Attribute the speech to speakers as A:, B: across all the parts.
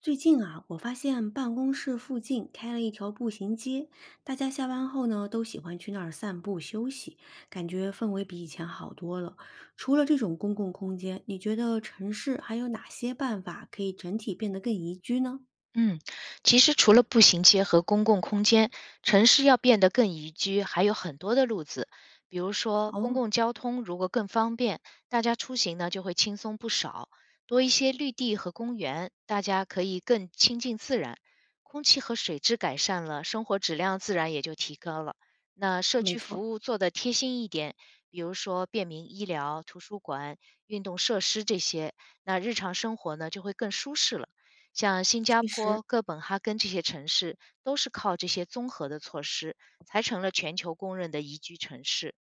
A: 最近啊，我发现办公室附近开了一条步行街，大家下班后呢都喜欢去那儿散步休息，感觉氛围比以前好多了。除了这种公共空间，你觉得城市还有哪些办法可以整体变得更宜居呢？
B: 嗯，其实除了步行街和公共空间，城市要变得更宜居，还有很多的路子。比如说，公
A: 哦，
B: 共交通如果更方便，大家出行呢就会轻松不少。多一些绿地和公园，大家可以更亲近自然，空气和水质改善了，生活质量自然也就提高了。那社
A: 没
B: 区
A: 错，
B: 服务做得贴心一点，比如说便民医疗、图书馆、运动设施这些，那日常生活呢就会更舒适了。像新加
A: 确实，
B: 坡、哥本哈根这些城市，都是靠这些综合的措施，才成了全球公认的宜居城市。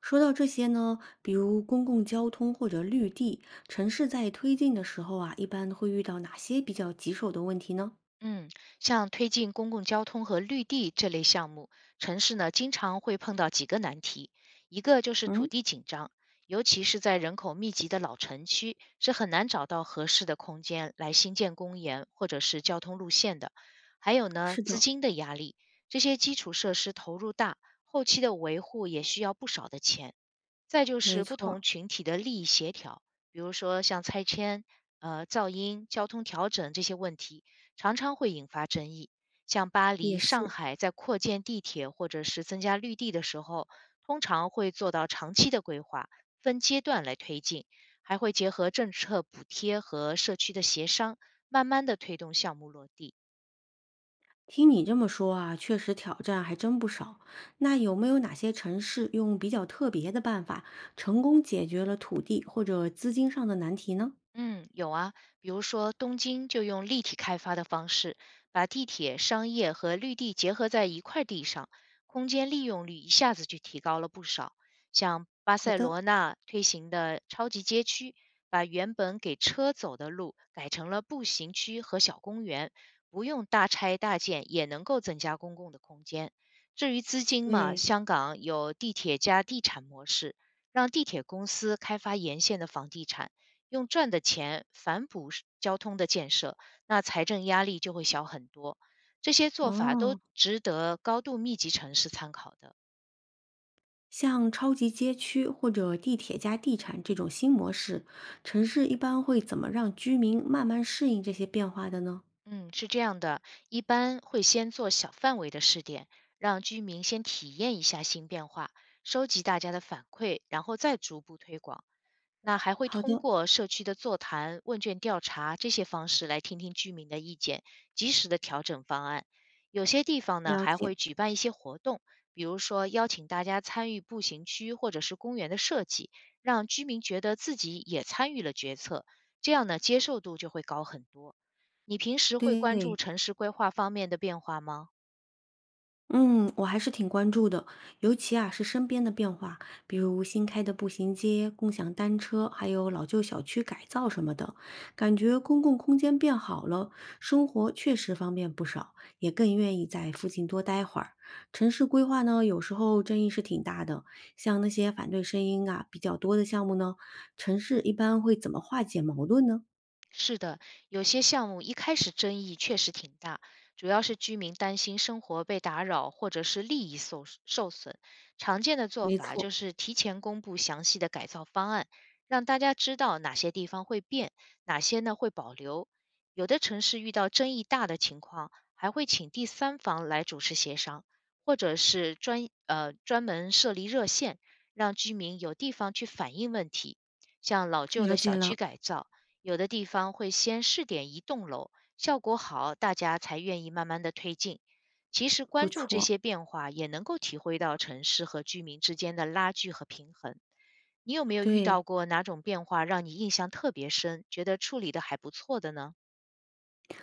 A: 说到这些呢，比如公共交通或者绿地，城市在推进的时候啊，一般会遇到哪些比较棘手的问题呢？
B: 嗯，像推进公共交通和绿地这类项目，城市呢经常会碰到几个难题，一个就是土
A: 嗯，
B: 地紧张，尤其是在人口密集的老城区，是很难找到合适的空间来新建公园或者是交通路线的。还有呢，
A: 是
B: 资
A: 的，
B: 金的压力，这些基础设施投入大，后期的维护也需要不少的钱。再就
A: 没
B: 是不
A: 错，
B: 同群体的利益协调，比如说像拆迁、噪音、交通调整这些问题。常常会引发争议。像巴
A: 也
B: 黎、上
A: 是。
B: 海在扩建地铁或者是增加绿地的时候，通常会做到长期的规划，分阶段来推进，还会结合政策补贴和社区的协商，慢慢的推动项目落地。
A: 听你这么说啊，确实挑战还真不少。那有没有哪些城市用比较特别的办法，成功解决了土地或者资金上的难题呢？
B: 嗯，有啊，比如说东京就用立体开发的方式，把地铁、商业和绿地结合在一块地上，空间利用率一下子就提高了不少。像巴
A: 好
B: 塞
A: 的，
B: 罗那推行的超级街区，把原本给车走的路改成了步行区和小公园，不用大拆大建也能够增加公共的空间。至于资金嘛，
A: 对，
B: 香港有地铁加地产模式，让地铁公司开发沿线的房地产。用赚的钱反哺是交通的建设，那财政压力就会小很多。这些做法都
A: 哦，
B: 值得高度密集城市参考的。
A: 像超级街区或者地铁加地产这种新模式，城市一般会怎么让居民慢慢适应这些变化的呢？
B: 嗯，是这样的，一般会先做小范围的试点，让居民先体验一下新变化，收集大家的反馈，然后再逐步推广。那还会
A: 好
B: 通
A: 的，
B: 过社区的座谈、问卷调查这些方式来听听居民的意见，及时的调整方案。有些地方呢
A: 了
B: 还
A: 解。
B: 会举办一些活动，比如说邀请大家参与步行区或者是公园的设计，让居民觉得自己也参与了决策，这样呢接受度就会高很多。你平时会关注
A: 对，
B: 城市规划方面的变化吗？
A: 嗯，我还是挺关注的，尤其啊是身边的变化，比如新开的步行街、共享单车，还有老旧小区改造什么的，感觉公共空间变好了，生活确实方便不少，也更愿意在附近多待会儿。城市规划呢，有时候争议是挺大的，像那些反对声音啊比较多的项目呢，城市一般会怎么化解矛盾呢？
B: 是的，有些项目一开始争议确实挺大，主要是居民担心生活被打扰或者是利益受损。常见的做
A: 没
B: 法就
A: 错，
B: 是提前公布详细的改造方案，让大家知道哪些地方会变，哪些呢会保留。有的城市遇到争议大的情况，还会请第三方来主持协商，或者是专门设立热线，让居民有地方去反映问题，像老旧
A: 了
B: 的
A: 解
B: 小区
A: 了，
B: 改造。有的地方会先试点一栋楼，效果好，大家才愿意慢慢的推进。其实
A: 不
B: 关注这
A: 错，
B: 些变化，也能够体会到城市和居民之间的拉锯和平衡。你有没有遇到
A: 对。
B: 过哪种变化让你印象特别深，觉得处理的还不错的呢？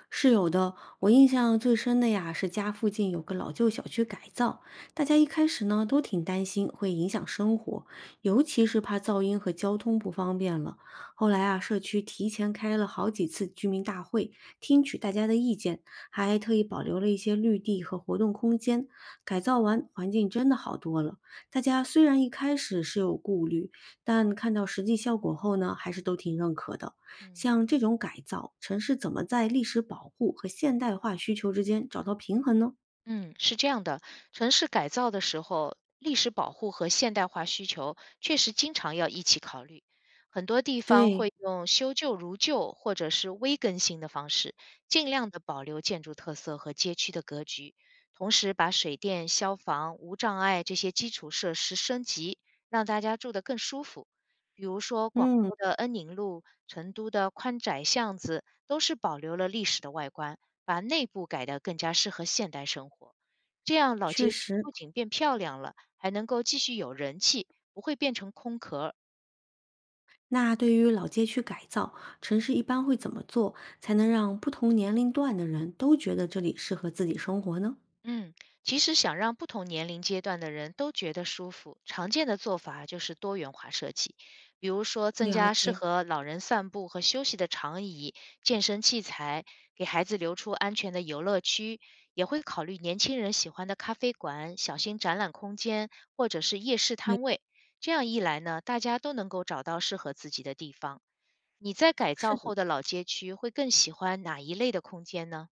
A: 是有的，我印象最深的呀，是家附近有个老旧小区改造，大家一开始呢都挺担心会影响生活，尤其是怕噪音和交通不方便了。后来啊，社区提前开了好几次居民大会，听取大家的意见，还特意保留了一些绿地和活动空间。改造完，环境真的好多了。大家虽然一开始是有顾虑，但看到实际效果后呢，还是都挺认可的。
B: 嗯。
A: 像这种改造，城市怎么在历史保护和现代化需求之间找到平衡呢？
B: 嗯，是这样的，城市改造的时候，历史保护和现代化需求确实经常要一起考虑。很多地方
A: 对，
B: 会用修旧如旧或者是微更新的方式，尽量的保留建筑特色和街区的格局，同时把水电、消防、无障碍这些基础设施升级，让大家住得更舒服。比如说广
A: 嗯，
B: 州的恩宁路、成都的宽窄巷子，都是保留了历史的外观。把内部改得更加适合现代生活。这样老街
A: 确
B: 区
A: 实。
B: 不仅变漂亮了，还能够继续有人气，不会变成空壳儿。
A: 那对于老街区改造，城市一般会怎么做，才能让不同年龄段的人都觉得这里适合自己生活呢？
B: 嗯，其实想让不同年龄阶段的人都觉得舒服，常见的做法就是多元化设计，比如说增
A: 了
B: 加适
A: 解，
B: 合老人散步和休息的长椅、健身器材，给孩子留出安全的游乐区，也会考虑年轻人喜欢的咖啡馆、小型展览空间或者是夜市
A: 没，
B: 摊位。这样一来呢，大家都能够找到适合自己的地方。你在改
A: 是
B: 造
A: 的。
B: 后的老街区会更喜欢哪一类的空间呢？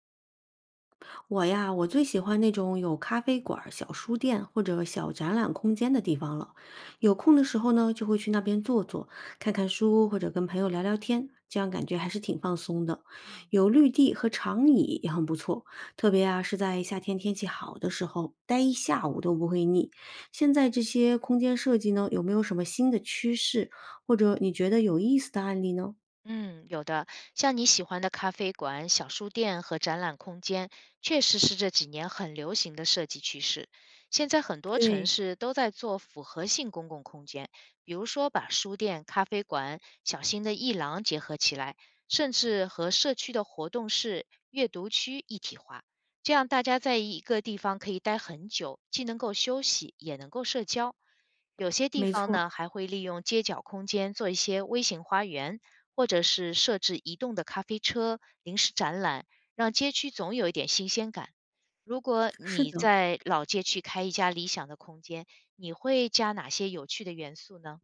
A: 我最喜欢那种有咖啡馆儿、小书店或者小展览空间的地方了。有空的时候呢，就会去那边坐坐，看看书或者跟朋友聊聊天，这样感觉还是挺放松的。
B: 嗯。
A: 有绿地和长椅也很不错，特别啊是在夏天天气好的时候，待一下午都不会腻。现在这些空间设计呢，有没有什么新的趋势，或者你觉得有意思的案例呢？
B: 嗯，有的，像你喜欢的咖啡馆、小书店和展览空间，确实是这几年很流行的设计趋势。现在很多城
A: 对，
B: 市都在做复合性公共空间，比如说把书店、咖啡馆、小型的艺廊结合起来，甚至和社区的活动室、阅读区一体化。这样大家在一个地方可以待很久，既能够休息，也能够社交。有些地
A: 没
B: 方
A: 错，
B: 呢，还会利用街角空间做一些微型花园。或者是设置移动的咖啡车、临时展览，让街区总有一点新鲜感。如果
A: 是
B: 你
A: 的。
B: 在老街区开一家理想的空间，你会加哪些有趣的元素呢？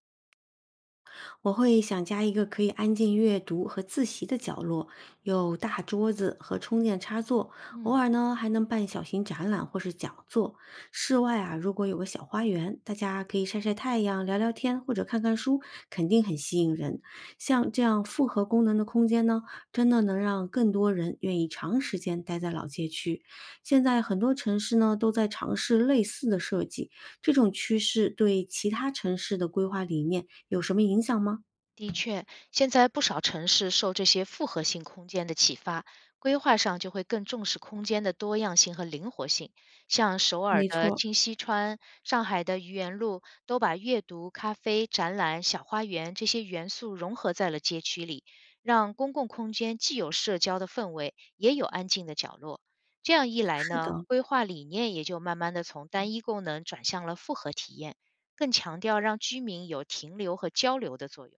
A: 我会想加一个可以安静阅读和自习的角落，有大桌子和充电插座，偶
B: 嗯。
A: 尔呢还能办小型展览或是讲座。室外啊，如果有个小花园，大家可以晒晒太阳、聊聊天或者看看书，肯定很吸引人。像这样复合功能的空间呢，真的能让更多人愿意长时间待在老街区。现在很多城市呢都在尝试类似的设计，这种趋势对其他城市的规划理念。有什么影响吗？
B: 的确，现在不少城市受这些复合性空间的启发，规划上就会更重视空间的多样性和灵活性。像首尔
A: 没
B: 的
A: 错，
B: 清溪川、上海的愚园路，都把阅读、咖啡、展览、小花园这些元素融合在了街区里，让公共空间既有社交的氛围，也有安静的角落。这样一来
A: 是
B: 呢，
A: 的，
B: 规划理念也就慢慢的从单一功能转向了复合体验，更强调让居民有停留和交流的作用。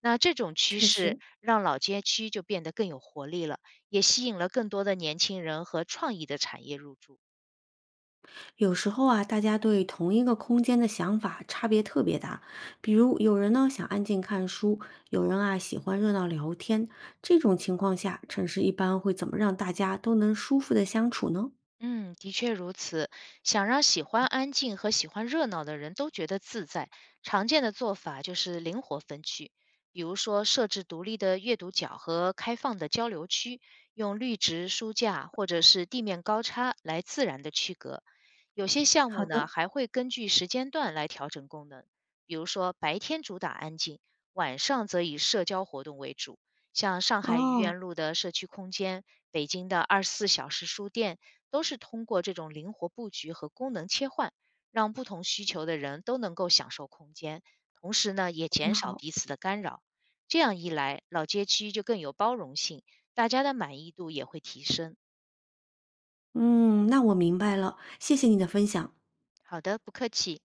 B: 那这种趋
A: 确
B: 势
A: 实，
B: 让老街区就变得更有活力了，也吸引了更多的年轻人和创意的产业入驻。
A: 有时候啊，大家对同一个空间的想法差别特别大。比如，有人呢想安静看书，有人啊喜欢热闹聊天。这种情况下，城市一般会怎么让大家都能舒服的相处呢？
B: 嗯，的确如此。想让喜欢安静和喜欢热闹的人都觉得自在，常见的做法就是灵活分区，比如说设置独立的阅读角和开放的交流区，用绿植、书架或者是地面高差来自然的区隔。有些项
A: 好
B: 目呢，
A: 的，
B: 还会根据时间段来调整功能，比如说白天主打安静，晚上则以社交活动为主。像上海愚
A: 哦，
B: 园路的社区空间、北京的24小时书店，都是通过这种灵活布局和功能切换，让不同需求的人都能够享受空间，同时呢，也
A: 挺
B: 减少
A: 好，
B: 彼此的干扰。这样一来，老街区就更有包容性，大家的满意度也会提升。
A: 嗯，那我明白了，谢谢你的分享。
B: 好的，不客气。